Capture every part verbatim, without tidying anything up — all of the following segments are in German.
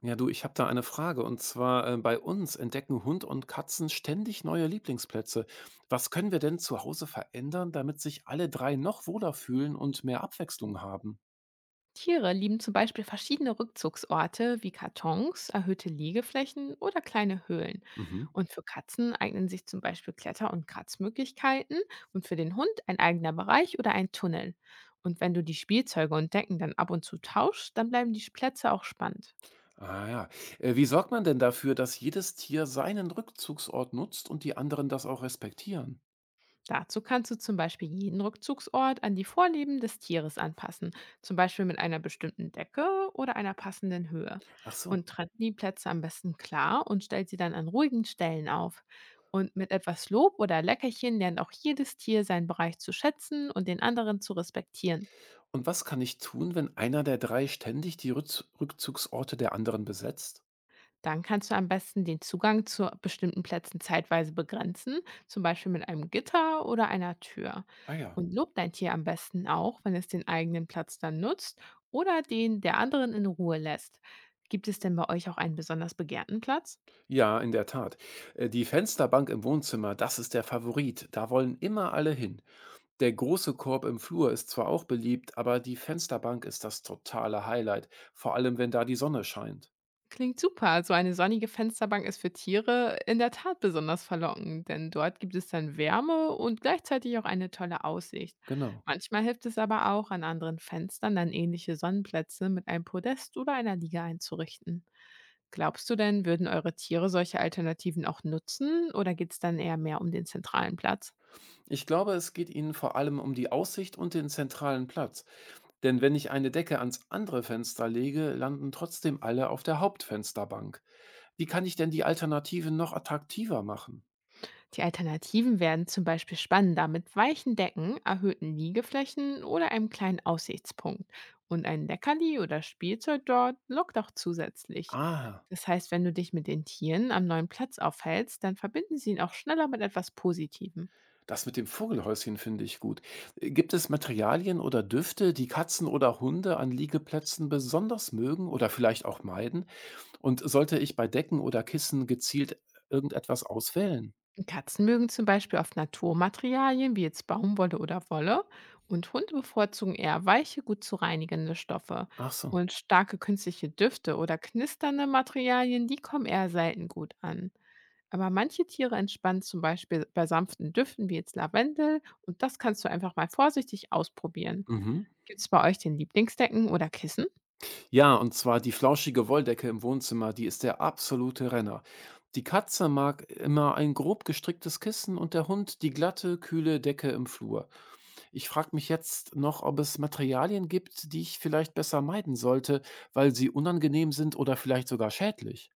Ja, du, ich habe da eine Frage. Und zwar, äh, bei uns entdecken Hund und Katzen ständig neue Lieblingsplätze. Was können wir denn zu Hause verändern, damit sich alle drei noch wohler fühlen und mehr Abwechslung haben? Tiere lieben zum Beispiel verschiedene Rückzugsorte wie Kartons, erhöhte Liegeflächen oder kleine Höhlen. Mhm. Und für Katzen eignen sich zum Beispiel Kletter- und Kratzmöglichkeiten und für den Hund ein eigener Bereich oder ein Tunnel. Und wenn du die Spielzeuge und Decken dann ab und zu tauschst, dann bleiben die Plätze auch spannend. Ah ja. Äh, wie sorgt man denn dafür, dass jedes Tier seinen Rückzugsort nutzt und die anderen das auch respektieren? Dazu kannst du zum Beispiel jeden Rückzugsort an die Vorlieben des Tieres anpassen, zum Beispiel mit einer bestimmten Decke oder einer passenden Höhe. Ach so. Und trenn die Plätze am besten klar und stell sie dann an ruhigen Stellen auf. Und mit etwas Lob oder Leckerchen lernt auch jedes Tier seinen Bereich zu schätzen und den anderen zu respektieren. Und was kann ich tun, wenn einer der drei ständig die Rückz Rückzugsorte der anderen besetzt? Dann kannst du am besten den Zugang zu bestimmten Plätzen zeitweise begrenzen, zum Beispiel mit einem Gitter oder einer Tür. Ah ja. Und lob dein Tier am besten auch, wenn es den eigenen Platz dann nutzt oder den der anderen in Ruhe lässt. Gibt es denn bei euch auch einen besonders begehrten Platz? Ja, in der Tat. Äh, Die Fensterbank im Wohnzimmer, das ist der Favorit. Da wollen immer alle hin. Der große Korb im Flur ist zwar auch beliebt, aber die Fensterbank ist das totale Highlight, vor allem wenn da die Sonne scheint. Klingt super. So eine sonnige Fensterbank ist für Tiere in der Tat besonders verlockend, denn dort gibt es dann Wärme und gleichzeitig auch eine tolle Aussicht. Genau. Manchmal hilft es aber auch, an anderen Fenstern dann ähnliche Sonnenplätze mit einem Podest oder einer Liege einzurichten. Glaubst du denn, würden eure Tiere solche Alternativen auch nutzen oder geht es dann eher mehr um den zentralen Platz? Ich glaube, es geht Ihnen vor allem um die Aussicht und den zentralen Platz. Denn wenn ich eine Decke ans andere Fenster lege, landen trotzdem alle auf der Hauptfensterbank. Wie kann ich denn die Alternativen noch attraktiver machen? Die Alternativen werden zum Beispiel spannender mit weichen Decken, erhöhten Liegeflächen oder einem kleinen Aussichtspunkt. Und ein Leckerli oder Spielzeug dort lockt auch zusätzlich. Ah. Das heißt, wenn du dich mit den Tieren am neuen Platz aufhältst, dann verbinden sie ihn auch schneller mit etwas Positivem. Das mit dem Vogelhäuschen finde ich gut. Äh, Gibt es Materialien oder Düfte, die Katzen oder Hunde an Liegeplätzen besonders mögen oder vielleicht auch meiden? Und sollte ich bei Decken oder Kissen gezielt irgendetwas auswählen? Katzen mögen zum Beispiel oft Naturmaterialien wie jetzt Baumwolle oder Wolle und Hunde bevorzugen eher weiche, gut zu reinigende Stoffe. Ach so. Und starke künstliche Düfte oder knisternde Materialien, die kommen eher selten gut an. Aber manche Tiere entspannen zum Beispiel bei sanften Düften wie jetzt Lavendel und das kannst du einfach mal vorsichtig ausprobieren. Mhm. Gibt es bei euch den Lieblingsdecken oder Kissen? Ja, und zwar die flauschige Wolldecke im Wohnzimmer, die ist der absolute Renner. Die Katze mag immer ein grob gestricktes Kissen und der Hund die glatte, kühle Decke im Flur. Ich frage mich jetzt noch, ob es Materialien gibt, die ich vielleicht besser meiden sollte, weil sie unangenehm sind oder vielleicht sogar schädlich.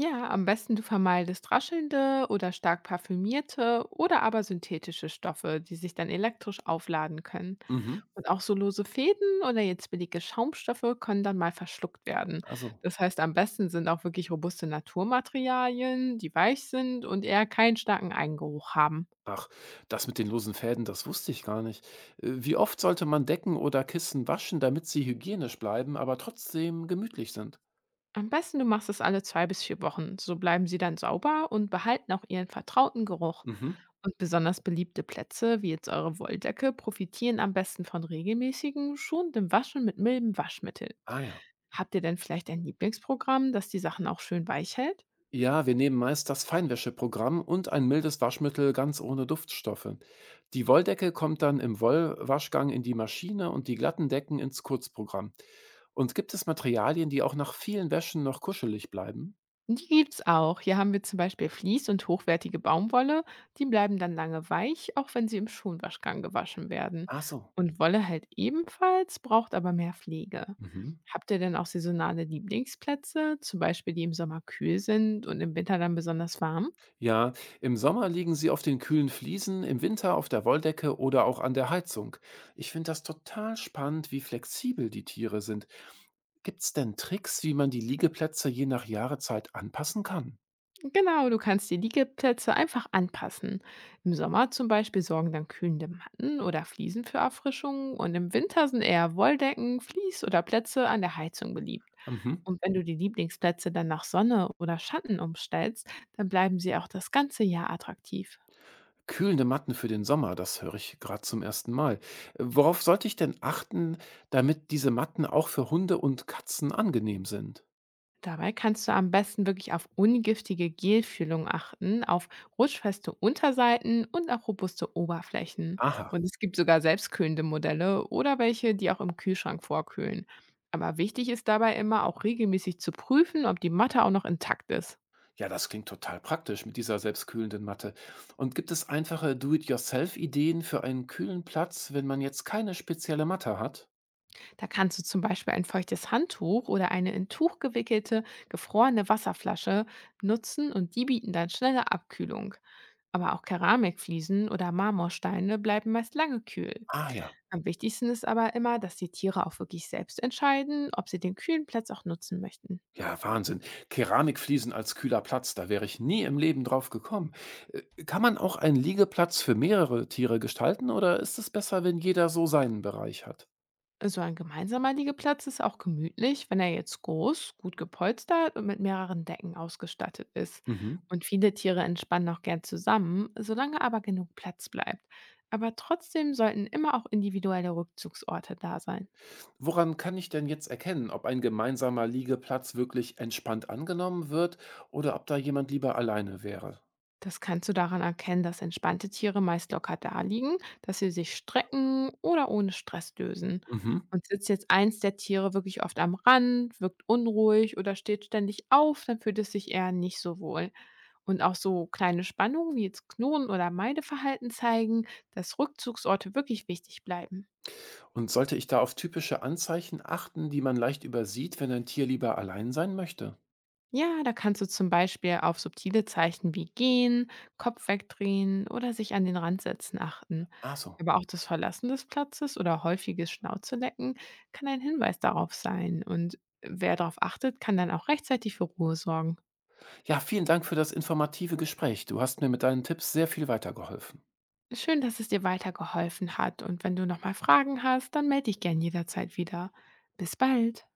Ja, am besten du vermeidest raschelnde oder stark parfümierte oder aber synthetische Stoffe, die sich dann elektrisch aufladen können. Mhm. Und auch so lose Fäden oder jetzt billige Schaumstoffe können dann mal verschluckt werden. Also, Das heißt, am besten sind auch wirklich robuste Naturmaterialien, die weich sind und eher keinen starken Eigengeruch haben. ach, das mit den losen Fäden, das wusste ich gar nicht. Äh, Wie oft sollte man Decken oder Kissen waschen, damit sie hygienisch bleiben, aber trotzdem gemütlich sind? Am besten, du machst es alle zwei bis vier Wochen. So bleiben sie dann sauber und behalten auch ihren vertrauten Geruch. Mhm. Und besonders beliebte Plätze, wie jetzt eure Wolldecke, profitieren am besten von regelmäßigen, schonendem Waschen mit mildem Waschmittel. Ah ja. Habt ihr denn vielleicht ein Lieblingsprogramm, das die Sachen auch schön weich hält? Ja, wir nehmen meist das Feinwäscheprogramm und ein mildes Waschmittel ganz ohne Duftstoffe. Die Wolldecke kommt dann im Wollwaschgang in die Maschine und die glatten Decken ins Kurzprogramm. Und gibt es Materialien, die auch nach vielen Wäschen noch kuschelig bleiben? Die gibt's auch. Hier haben wir zum Beispiel Vlies und hochwertige Baumwolle. Die bleiben dann lange weich, auch wenn sie im Schonwaschgang gewaschen werden. Ach so. Und Wolle halt ebenfalls, braucht aber mehr Pflege. Mhm. Habt ihr denn auch saisonale Lieblingsplätze, zum Beispiel die im Sommer kühl sind und im Winter dann besonders warm? Ja, im Sommer liegen sie auf den kühlen Fliesen, im Winter auf der Wolldecke oder auch an der Heizung. Ich finde das total spannend, wie flexibel die Tiere sind. Gibt es denn Tricks, wie man die Liegeplätze je nach Jahreszeit anpassen kann? Genau, du kannst die Liegeplätze einfach anpassen. Im Sommer zum Beispiel sorgen dann kühlende Matten oder Fliesen für Erfrischung und im Winter sind eher Wolldecken, Vlies oder Plätze an der Heizung beliebt. Mhm. Und wenn du die Lieblingsplätze dann nach Sonne oder Schatten umstellst, dann bleiben sie auch das ganze Jahr attraktiv. Kühlende Matten für den Sommer, das höre ich gerade zum ersten Mal. Worauf sollte ich denn achten, damit diese Matten auch für Hunde und Katzen angenehm sind? Dabei kannst du am besten wirklich auf ungiftige Gelfühlung achten, auf rutschfeste Unterseiten und auch robuste Oberflächen. Aha, Und es gibt sogar selbstkühlende Modelle oder welche, die auch im Kühlschrank vorkühlen. Aber wichtig ist dabei immer auch regelmäßig zu prüfen, ob die Matte auch noch intakt ist. ja, das klingt total praktisch mit dieser selbstkühlenden Matte. Und gibt es einfache Do-it-yourself-Ideen für einen kühlen Platz, wenn man jetzt keine spezielle Matte hat? Da kannst du zum Beispiel ein feuchtes Handtuch oder eine in Tuch gewickelte, gefrorene Wasserflasche nutzen und die bieten dann schnelle Abkühlung. Aber auch Keramikfliesen oder Marmorsteine bleiben meist lange kühl. Ah ja. Am wichtigsten ist aber immer, dass die Tiere auch wirklich selbst entscheiden, ob sie den kühlen Platz auch nutzen möchten. Ja, Wahnsinn. Keramikfliesen als kühler Platz, da wäre ich nie im Leben drauf gekommen. Äh, Kann man auch einen Liegeplatz für mehrere Tiere gestalten oder ist es besser, wenn jeder so seinen Bereich hat? So ein gemeinsamer Liegeplatz ist auch gemütlich, wenn er jetzt groß, gut gepolstert und mit mehreren Decken ausgestattet ist. Mhm. Und viele Tiere entspannen auch gern zusammen, solange aber genug Platz bleibt. Aber trotzdem sollten immer auch individuelle Rückzugsorte da sein. Woran kann ich denn jetzt erkennen, ob ein gemeinsamer Liegeplatz wirklich entspannt angenommen wird oder ob da jemand lieber alleine wäre? Das kannst du daran erkennen, dass entspannte Tiere meist locker daliegen, dass sie sich strecken oder ohne Stress lösen. Mhm. Und sitzt jetzt eins der Tiere wirklich oft am Rand, wirkt unruhig oder steht ständig auf, dann fühlt es sich eher nicht so wohl. Und auch so kleine Spannungen wie jetzt Knurren oder Meideverhalten zeigen, dass Rückzugsorte wirklich wichtig bleiben. Und sollte ich da auf typische Anzeichen achten, die man leicht übersieht, wenn ein Tier lieber allein sein möchte? Ja, da kannst du zum Beispiel auf subtile Zeichen wie gehen, Kopf wegdrehen oder sich an den Rand setzen achten. Ach so. Aber auch das Verlassen des Platzes oder häufiges Schnauze lecken kann ein Hinweis darauf sein. Und wer darauf achtet, kann dann auch rechtzeitig für Ruhe sorgen. Ja, vielen Dank für das informative Gespräch. Du hast mir mit deinen Tipps sehr viel weitergeholfen. Schön, dass es dir weitergeholfen hat. Und wenn du nochmal Fragen hast, dann melde dich gern jederzeit wieder. Bis bald.